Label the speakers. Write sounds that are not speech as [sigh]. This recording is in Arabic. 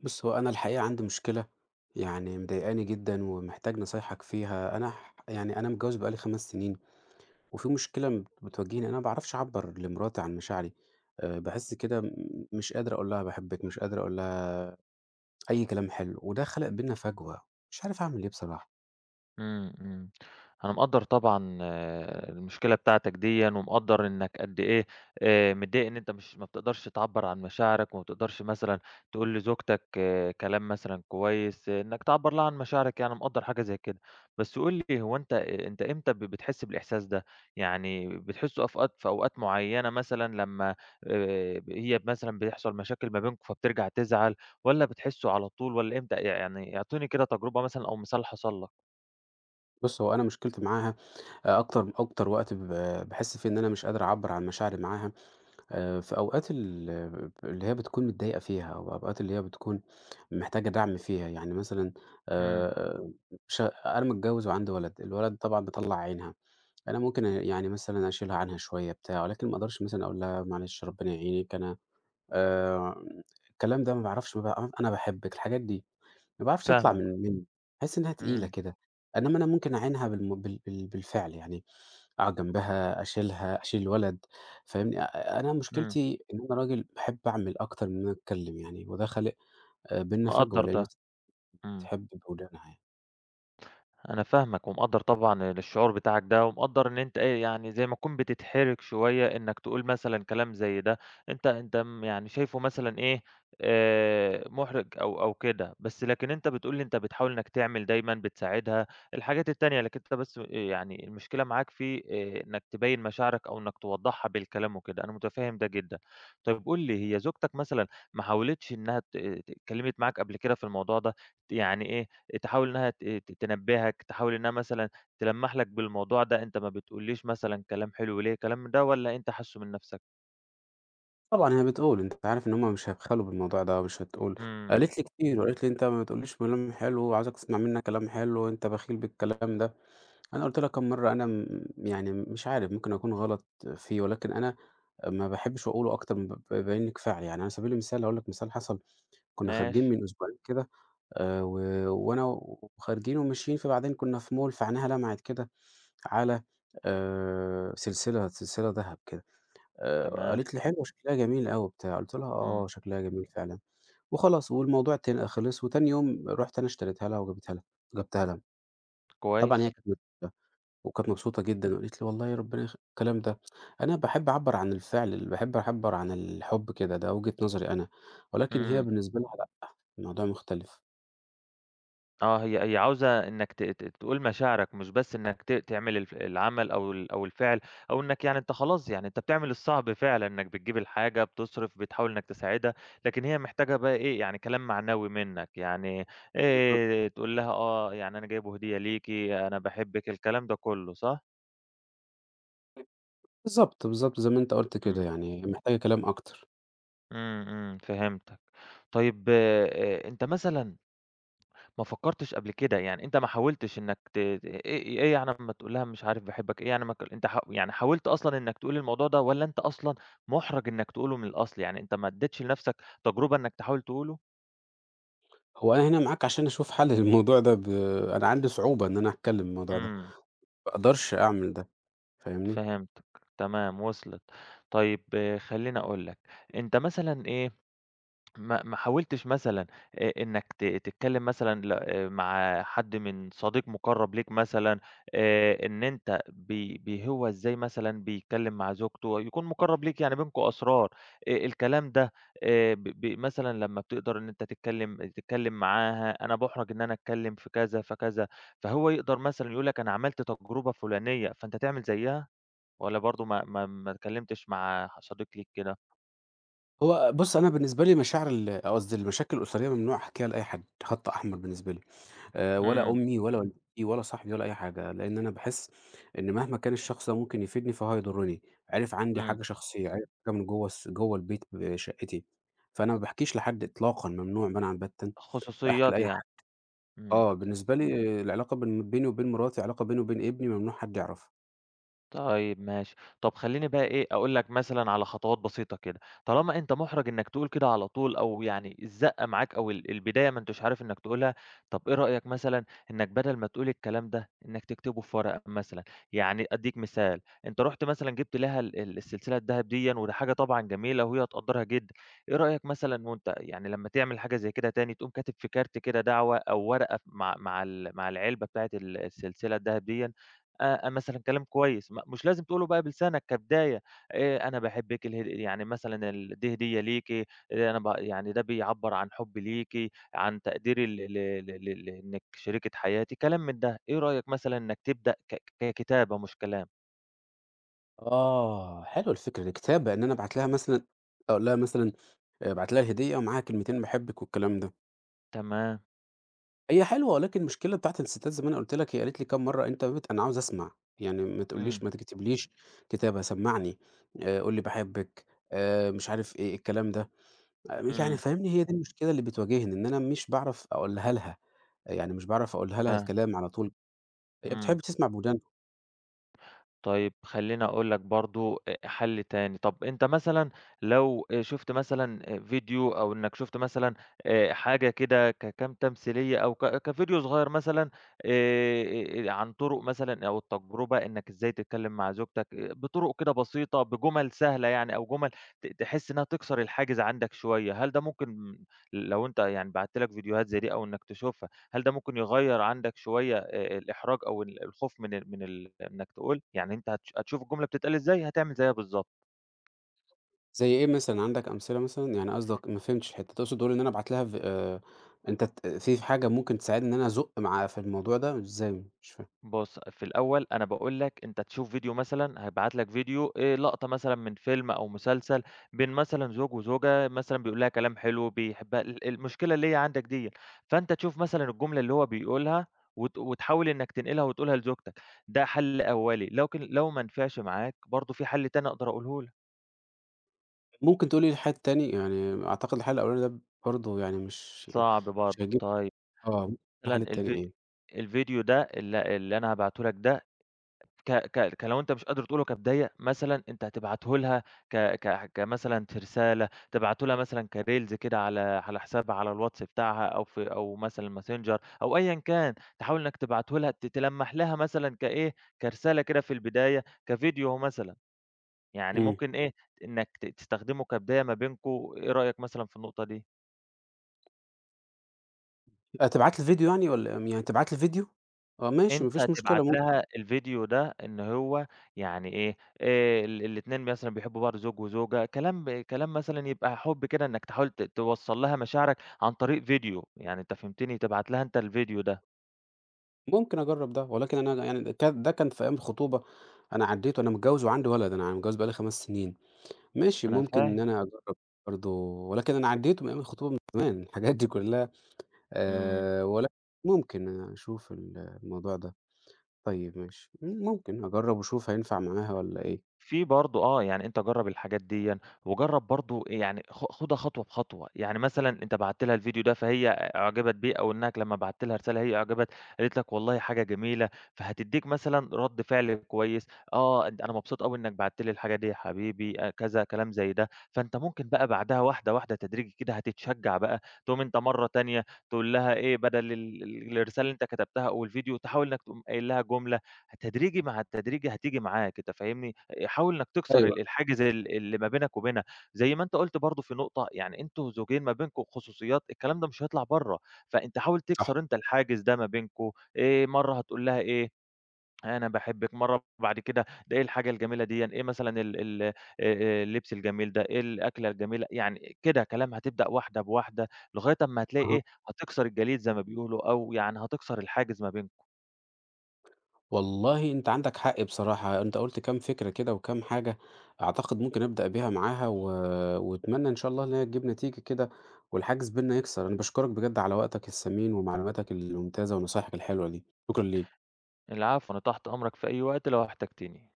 Speaker 1: بُص، هو أنا الحقيقة عندي مشكلة يعني مضايقاني جدًا ومحتاج نصايحك فيها. أنا ح يعني أنا متجوّز بقى لي 5 سنين، وفي مشكلة بتواجهني، أنا ما باعرفش أعبّر لمراتي عن مشاعري. باحس كده مش قادر أقول لها باحبِّك، مش قادر أقول لها أي كلام حلو، وده خلق بيننا فجوة. مش عارف أعمل إيه بصراحة.
Speaker 2: إمم، إمم. أنا مقدّر طبعًا المشكلة بتاعتك ديًا، ومقدّر إنك قد إيه متضايق إن أنت مش ما بتقدرش تعبّر عن مشاعرك، وما بتقدرش مثلًا تقول لزوجتك كلام مثلًا كويس، إنك تعبّر لها عن مشاعرك يعني، مقدّر حاجة زي كده. بس قُل لي هو أنت إمتى بتحس بالإحساس ده؟ يعني بتحسه في أوقات معيّنة مثلًا لمّا هي مثلًا بيحصل مشاكل ما بينكم فبترجع تزعل، والّا بتحسه على طول والّا إمتى؟ يعني اعطيني كده تجربة مثلًا أو مثال حصل لك.
Speaker 1: بُص، هو أنا مشكلتي معاها أ أكتر أكتر وقت باحس فيه إن أنا مش قادر أعبّر عن مشاعري معاها. في أوقات اللي هي بتكون متضايقة فيها أو أوقات اللي هي بتكون محتاجة دعم فيها، يعني مثلًا
Speaker 2: إمم،
Speaker 1: آآ ش أنا متجوّز وعندي ولد، الولد طبعًا مطلّع عينها، أنا ممكن يعني مثلًا أشيلها عنها شوية بتاع، ولكن ما أقدرش مثلًا أقول لها معلش ربنا يعينِك. أنا آآ الكلام ده ما باعرفش ما ب أنا باحبِّك، الحاجات دي، ما باعرفش تطلع
Speaker 2: فاهمك،
Speaker 1: منّي، باحس إنها تقيلة
Speaker 2: إمم،
Speaker 1: كده، إنّما أنا ممكن أعينها بالم بال بال بالفعل يعني أقعد جنبها، أشيلها، أشيل الولد، فاهمني؟ أنا
Speaker 2: إمم،
Speaker 1: مشكلتي إن أنا راجل باحب أعمل أكتر من إن أنا أتكلم يعني، وده خالق بيننا فجوة،
Speaker 2: مقدّر
Speaker 1: لإن
Speaker 2: ده،
Speaker 1: الست
Speaker 2: إمم.
Speaker 1: بتحب بولادها يعني.
Speaker 2: أنا فاهمك ومقدّر طبعًا الشعور بتاعك ده، ومقدّر إن أنت إيه، يعني زي ما تكون بتتحرج شوية إنّك تقول مثلًا كلام زي ده، أنت يعني شايفه مثلًا إيه، مُحرِج أو كده، بس لكن أنت بتقول لي أنت بتحاول إنّك تعمل دايمًا، بتساعدها، الحاجات التانية، لكن أنت بس إيه يعني المشكلة معاك في إنّك تبيّن مشاعرك أو إنّك توضّحها بالكلام وكده، أنا مُتفهِّم ده جدًا. طيب قُل لي، هي زوجتك مثلًا ما حاولتش إنّها ت ت اتكلّمت معاك قبل كده في الموضوع ده؟ يعني إيه، تحاول إنها ت ت تنبّهك، تحاول إنها مثلًا تلمّح لك بالموضوع ده، أنت ما بتقوليش مثلًا كلام حلو ليه، الكلام من ده والّا أنت حاسّه من نَفْسك؟
Speaker 1: طبعًا هي بتقول، أنت عارف إن هم مش هيبخلوا بالموضوع ده ومش هتقول.
Speaker 2: إمم،
Speaker 1: قالت لي كتير وقالت لي: "أنت ما بتقوليش كلام حلو وعاوزاك تسمع منّي كلام حلو وأنت بخيل بالكلام ده." أنا قُلت لها كام مرّة، أنا يعني مش عارف ممكن أكون غلط فيه، ولكن أنا ما باحبش أقوله، أكتر من ب ب بيبين لي كفاعلي. يعني على سبيل المثال هاقول لك مثال حصل، كُنّا خارجين
Speaker 2: ماشي،
Speaker 1: من أسبوعين كده، و وأنا وخارجين وماشيين، فبعدين كُنّا في mall، فعينيها لمعت كده على سلسلة دهب كده،
Speaker 2: تمام،
Speaker 1: قالت لي: "حلوة شكلها جميل أوي،" وبتاع، قُلت لها:
Speaker 2: إمم،
Speaker 1: "آه، شكلها جميل فعلًا." وخلاص والموضوع خلِص، وتاني يوم رُحت أنا اشتريتها لها، وجابتها لها جبتها لها، طبعًا هي
Speaker 2: كويس،
Speaker 1: كانت مبسوطة وكانت
Speaker 2: إمم،
Speaker 1: مبسوطة جدًا وقالت لي: "والله يا ربنا يخ" الكلام ده. أنا باحب أعبّر عن الفعل، باحب أعبّر عن الحب كده، ده وجهة نظري أنا، ولكن هي
Speaker 2: إمم.
Speaker 1: بالنسبة لها لأ، الموضوع مختلف.
Speaker 2: آه، هي عاوزة إنّك ت ت تقول مشاعرك، مش بس إنّك تعمل العمل أو الفعل أو إنّك يعني أنت خلاص يعني أنت بتعمل الصعب فعلًا، إنّك بتجيب الحاجة، بتصرف، بتحاول إنّك تساعدها، لكن هي محتاجة بقى إيه، يعني كلام معنوي منّك، يعني تقول لها يعني أنا جايبه هدية ليكِ، أنا باحبِّك، الكلام ده كُلّه، صح؟
Speaker 1: بالضبط، بالضبط، زي ما أنت قُلت كده،
Speaker 2: إمم،
Speaker 1: يعني محتاجة كلام أكتر.
Speaker 2: إمم، إمم، فهمتك. طيب أنت مثلًا ما فكّرتش قبل كده، يعني أنت ما حاولتش إنّك ت ت إيه إيه إيه يعني أمّا تقول لها مش عارف باحبك إيه يعني ما ك أنت ح يعني حاولت أصلًا إنّك تقول الموضوع ده والّا أنت أصلًا مُحرَج إنّك تقوله من الأصل، يعني أنت ما ادّيتش لنَفْسك تجربة إنّك تحاول تقوله؟
Speaker 1: هو أنا هنا معاك عشان أشوف حل للموضوع ده. أنا عندي صعوبة إن أنا أتكلّم في الموضوع ده،
Speaker 2: إمم،
Speaker 1: ما أقدرش أعمل ده، فاهمني؟
Speaker 2: فهمتك، تمام وصلت. طيب خلّيني أقول لك، أنت مثلًا إيه ما حاولتش مثلًا إنّك تتكلّم مثلًا ل مع حد من صديق مُقرّب ليك مثلًا إن أنت بي بي هو إزاي مثلًا بيتكلّم مع زوجته، يكون مُقرّب ليك يعني بينكم أسرار الكلام ده ب ب مثلًا لمّا بتقدر إن أنت تتكلّم معاها، أنا باُحرَج إن أنا أتكلّم في كذا، فكذا، فهو يقدر مثلًا يقول لك أنا عملت تجربة فُلانية، فأنت تعمل زيّها والّا برضه ما اتكلّمتش مع صديق ليك كده؟
Speaker 1: هو بُص، أنا بالنسبة لي مشاعر ال قصدي المشاكل الأسرية ممنوع أحكيها لأي حد، خط أحمر بالنسبة لي، ولا
Speaker 2: إمم،
Speaker 1: أمي ولا والدتي ولا صاحبي ولا أي حاجة، لإن أنا باحس إن مهما كان الشخص ده ممكن يفيدني فهو هيضرني، عرف عندي
Speaker 2: إمم،
Speaker 1: حاجة شخصية، عرف حاجة من جوّه البيت بشقتي، فأنا ما باحكيش لحد إطلاقًا، ممنوع منعًا باتًا أحكي
Speaker 2: خصوصيات
Speaker 1: لأي
Speaker 2: يعني.
Speaker 1: حد.
Speaker 2: إمم.
Speaker 1: آه، بالنسبة لي العلاقة بيني وبين مراتي، علاقة بيني وبين ابني، ممنوع حد يعرفها.
Speaker 2: طيب ماشي. طب خلّيني بقى إيه، أقول لك مثلًا على خطوات بسيطة كده، طالما أنت مُحرَج إنّك تقول كده على طول أو يعني الزَّقّة معاك أو البداية ما أنتش عارف إنّك تقولها، طب إيه رأيك مثلًا إنّك بدل ما تقول الكلام ده، إنّك تكتبه في ورقة مثلًا؟ يعني أدّيك مثال، أنت رُحت مثلًا جِبت لها ال ال السلسلة الدهب ديًا وده حاجة طبعًا جميلة وهي هتقدّرها جدًا، إيه رأيك مثلًا وأنت يعني لمّا تعمل حاجة زي كده تاني، تقوم كاتب في كارت كده دعوة أو ورقة ف مع مع ال مع العلبة بتاعة السلسلة الدهب ديًا مثلًا كلام كويس، مش لازم تقوله بقى بلسانك كبداية، أنا باحبِّك يعني مثلًا دي هدية ليكِ، أنا يعني ده بيعبّر عن حبي ليكِ، عن تقديري إنِّك شريكة حياتي، كلام من ده، إيه رأيك مثلًا إنك تبدأ ككتابة مش كلام؟
Speaker 1: آه، حلوة الفكرة دي، كتابة إن أنا أبعت لها مثلًا، أقول لها مثلًا، أبعت لها الهدية ومعاها كلمتين باحبك والكلام ده.
Speaker 2: تمام،
Speaker 1: هي حلوة، ولكن المشكلة بتاعة الستات، زي ما أنا قُلت لك، هي قالت لي كام مرّة: "أنت أنا عاوزة أسمع، يعني ما
Speaker 2: إمم،
Speaker 1: تقوليش، ما تكتبليش كتابة، سمّعني، قُل لي باحبك." مش عارف إيه، الكلام ده. يعني
Speaker 2: إمم،
Speaker 1: فاهمني، هي دي المشكلة اللي بتواجهني، إن أنا مش باعرف أقولها لها، يعني مش باعرف أقولها لها
Speaker 2: فاهمك،
Speaker 1: الكلام على طول، هي
Speaker 2: إمم.
Speaker 1: بتحب تسمع بودانها.
Speaker 2: طيب خلّيني أقول لك برضه حَل تاني، طَب أنت مثلًا لو شُفت مثلًا فيديو أو إنّك شُفت مثلًا حاجة كده كام تمثيلية أو كفيديو صغيّر مثلًا عن طُرق مثلًا أو التجربة إنّك إزاي تتكلّم مع زوجتك بطُرق كده بسيطة، بجُمَل سهلة يعني أو جُمَل تحس إنّها تكسر الحاجز عندك شوية، هل ده ممكن لو أنت يعني بعتّ لك فيديوهات زي دي أو إنّك تشوفها هل ده ممكن يغيّر عندك شوية الإحراج أو الخوف من ال من ال إنك تقول؟ يعني أنت هتشوف الجملة بتتقال إزاي، هتعمل زيها بالضبط.
Speaker 1: زي إيه مثلًا، عندك أمثلة مثلًا؟ يعني قصدك ما فهمتش الحتّة، تقصد تقول إن أنا أبعت لها ف أنت في حاجة ممكن تساعدني إن أنا أزُق في الموضوع ده؟ إزاي؟ مش فاهم.
Speaker 2: بُص، في الأول أنا باقول لك أنت تشوف فيديو مثلًا هيبعت لك فيديو لقطة مثلًا من فيلم أو مسلسل بين مثلًا زوج وزوجة مثلًا بيقول لها كلام حلو بيحبها، المشكلة اللي هي عندك ديّة، فأنت تشوف مثلًا الجملة اللي هو بيقولها وتحاول إنك تنقلها وتقولها لزوجتك، ده حل أولي، لكن لو ما نفعش معاك برضه في حل تاني أقدر أقوله لك.
Speaker 1: ممكن تقول لي الحل التاني؟ يعني أعتقد الحل الأولاني ده برضه يعني
Speaker 2: صعب برضه.
Speaker 1: مش هيجيب.
Speaker 2: طيب.
Speaker 1: آه،
Speaker 2: مثلًا
Speaker 1: الحل التاني
Speaker 2: الفيديو
Speaker 1: إيه؟
Speaker 2: الفيديو ده اللي أنا هابعته لك ده ك ك ك لو أنت مش قادر تقول له كبداية مثلًا أنت هتبعته لها ك ك كمثلًا كرسالة، تبعته لها مثلًا كreels كده على حسابها على الواتس بتاعها أو في أو مثلًا messenger أو أيًا كان، تحاول إنك تبعته لها تلمّح لها مثلًا كإيه، كرسالة كده في البداية، كفيديو مثلًا، يعني
Speaker 1: إمم.
Speaker 2: ممكن إيه، إنك تستخدمه كبداية ما بينكم، إيه رأيك مثلًا في النقطة دي؟
Speaker 1: تبعت لي فيديو يعني، والّا يعني تبعت لي فيديو؟ آه ماشي، ما
Speaker 2: أنت
Speaker 1: فيش مشكلة.
Speaker 2: تبعت
Speaker 1: مم
Speaker 2: لها الفيديو ده إن هو يعني إيه، الاتنين مثلًا بيحبوا بعض زوج وزوجة، كلام مثلًا يبقى حُب كده إنّك تحاول توصّل لها مشاعرك عن طريق فيديو، يعني أنت فهمتني، تبعت لها أنت الفيديو ده،
Speaker 1: ممكن أجرّب ده، ولكن أنا يعني ده كان في أيام الخطوبة، أنا عدّيت وأنا متجوّز وعندي ولد، أنا متجوّز بقى لي 5 سنين. ماشي،
Speaker 2: أنا
Speaker 1: ممكن إن
Speaker 2: فاهم،
Speaker 1: أنا أجرّب برضه، ولكن أنا عدّيته من أيام الخطوبة من زمان، [laughs] الحاجات دي كلّها،
Speaker 2: إمم.
Speaker 1: ولكن ممكن أشوف الموضوع ده، طيب ماشي، ممكن أجرّب وأشوف هينفع معاها والّا إيه.
Speaker 2: في برضه يعني أنت جرّب الحاجات ديًا، وجرّب برضه يعني خُدها خطوة بخطوة، يعني مثلًا أنت بعتّ لها الفيديو ده فهي أُعجبت بيه أو إنّك لمّا بعتّ لها رسالة هي أُعجبت، قالت لك والله حاجة جميلة، فهتدّيك مثلًا رَد فعل كويس، آه، أنا مبسوط أوي إنّك بعتّ لي الحاجة دي يا حبيبي كذا كلام زي ده، فأنت ممكن بقى بعدها واحدة، واحدة تدريجي كده هتتشجّع بقى، تقوم أنت مرّة تانية تقول لها إيه بدل ال ال الرسالة اللي أنت كتبتها أو الفيديو تحاول إنّك تقوم قايل لها جملة، تدريجي مع التدريجي هتيجي معاك أنت فاهمني؟ حاول إنك تكسر
Speaker 1: أيوه،
Speaker 2: الحاجز اللي ما بينك وبينها، زي ما أنت قُلت برضه في نقطة، يعني أنتم زوجين ما بينكم خصوصيات، الكلام ده مش هيطلع برّه، فأنت حاول
Speaker 1: صح،
Speaker 2: تكسر أنت الحاجز ده ما بينكم، مرّة هتقول لها إيه، أنا باحبِّك، مرّة بعد كده ده إيه الحاجة الجميلة ديًا، إيه مثلًا ال ال اللبس الجميل ده، إيه الأكلة الجميلة، يعني كده كلام هتبدأ واحدة بواحدة، لغاية أمّا هتلاقي
Speaker 1: أها،
Speaker 2: إيه، هتكسر الجليد زي ما بيقولوا أو يعني هتكسر الحاجز ما بينكم.
Speaker 1: والله أنت عندك حق بصراحة، أنت قُلت كام فكرة كده وكام حاجة أعتقد ممكن أبدأ بيها معاها، وأتمنى إن شاء الله إن هي تجيب نتيجة كده والحاجز بيننا يكسر. أنا باشكرك بجد على وقتك الثمين ومعلوماتك الممتازة ونصايحك الحلوة دي، شكرًا ليك.
Speaker 2: العفو، أنا تحت أمرك في أي وقت لو احتجتني.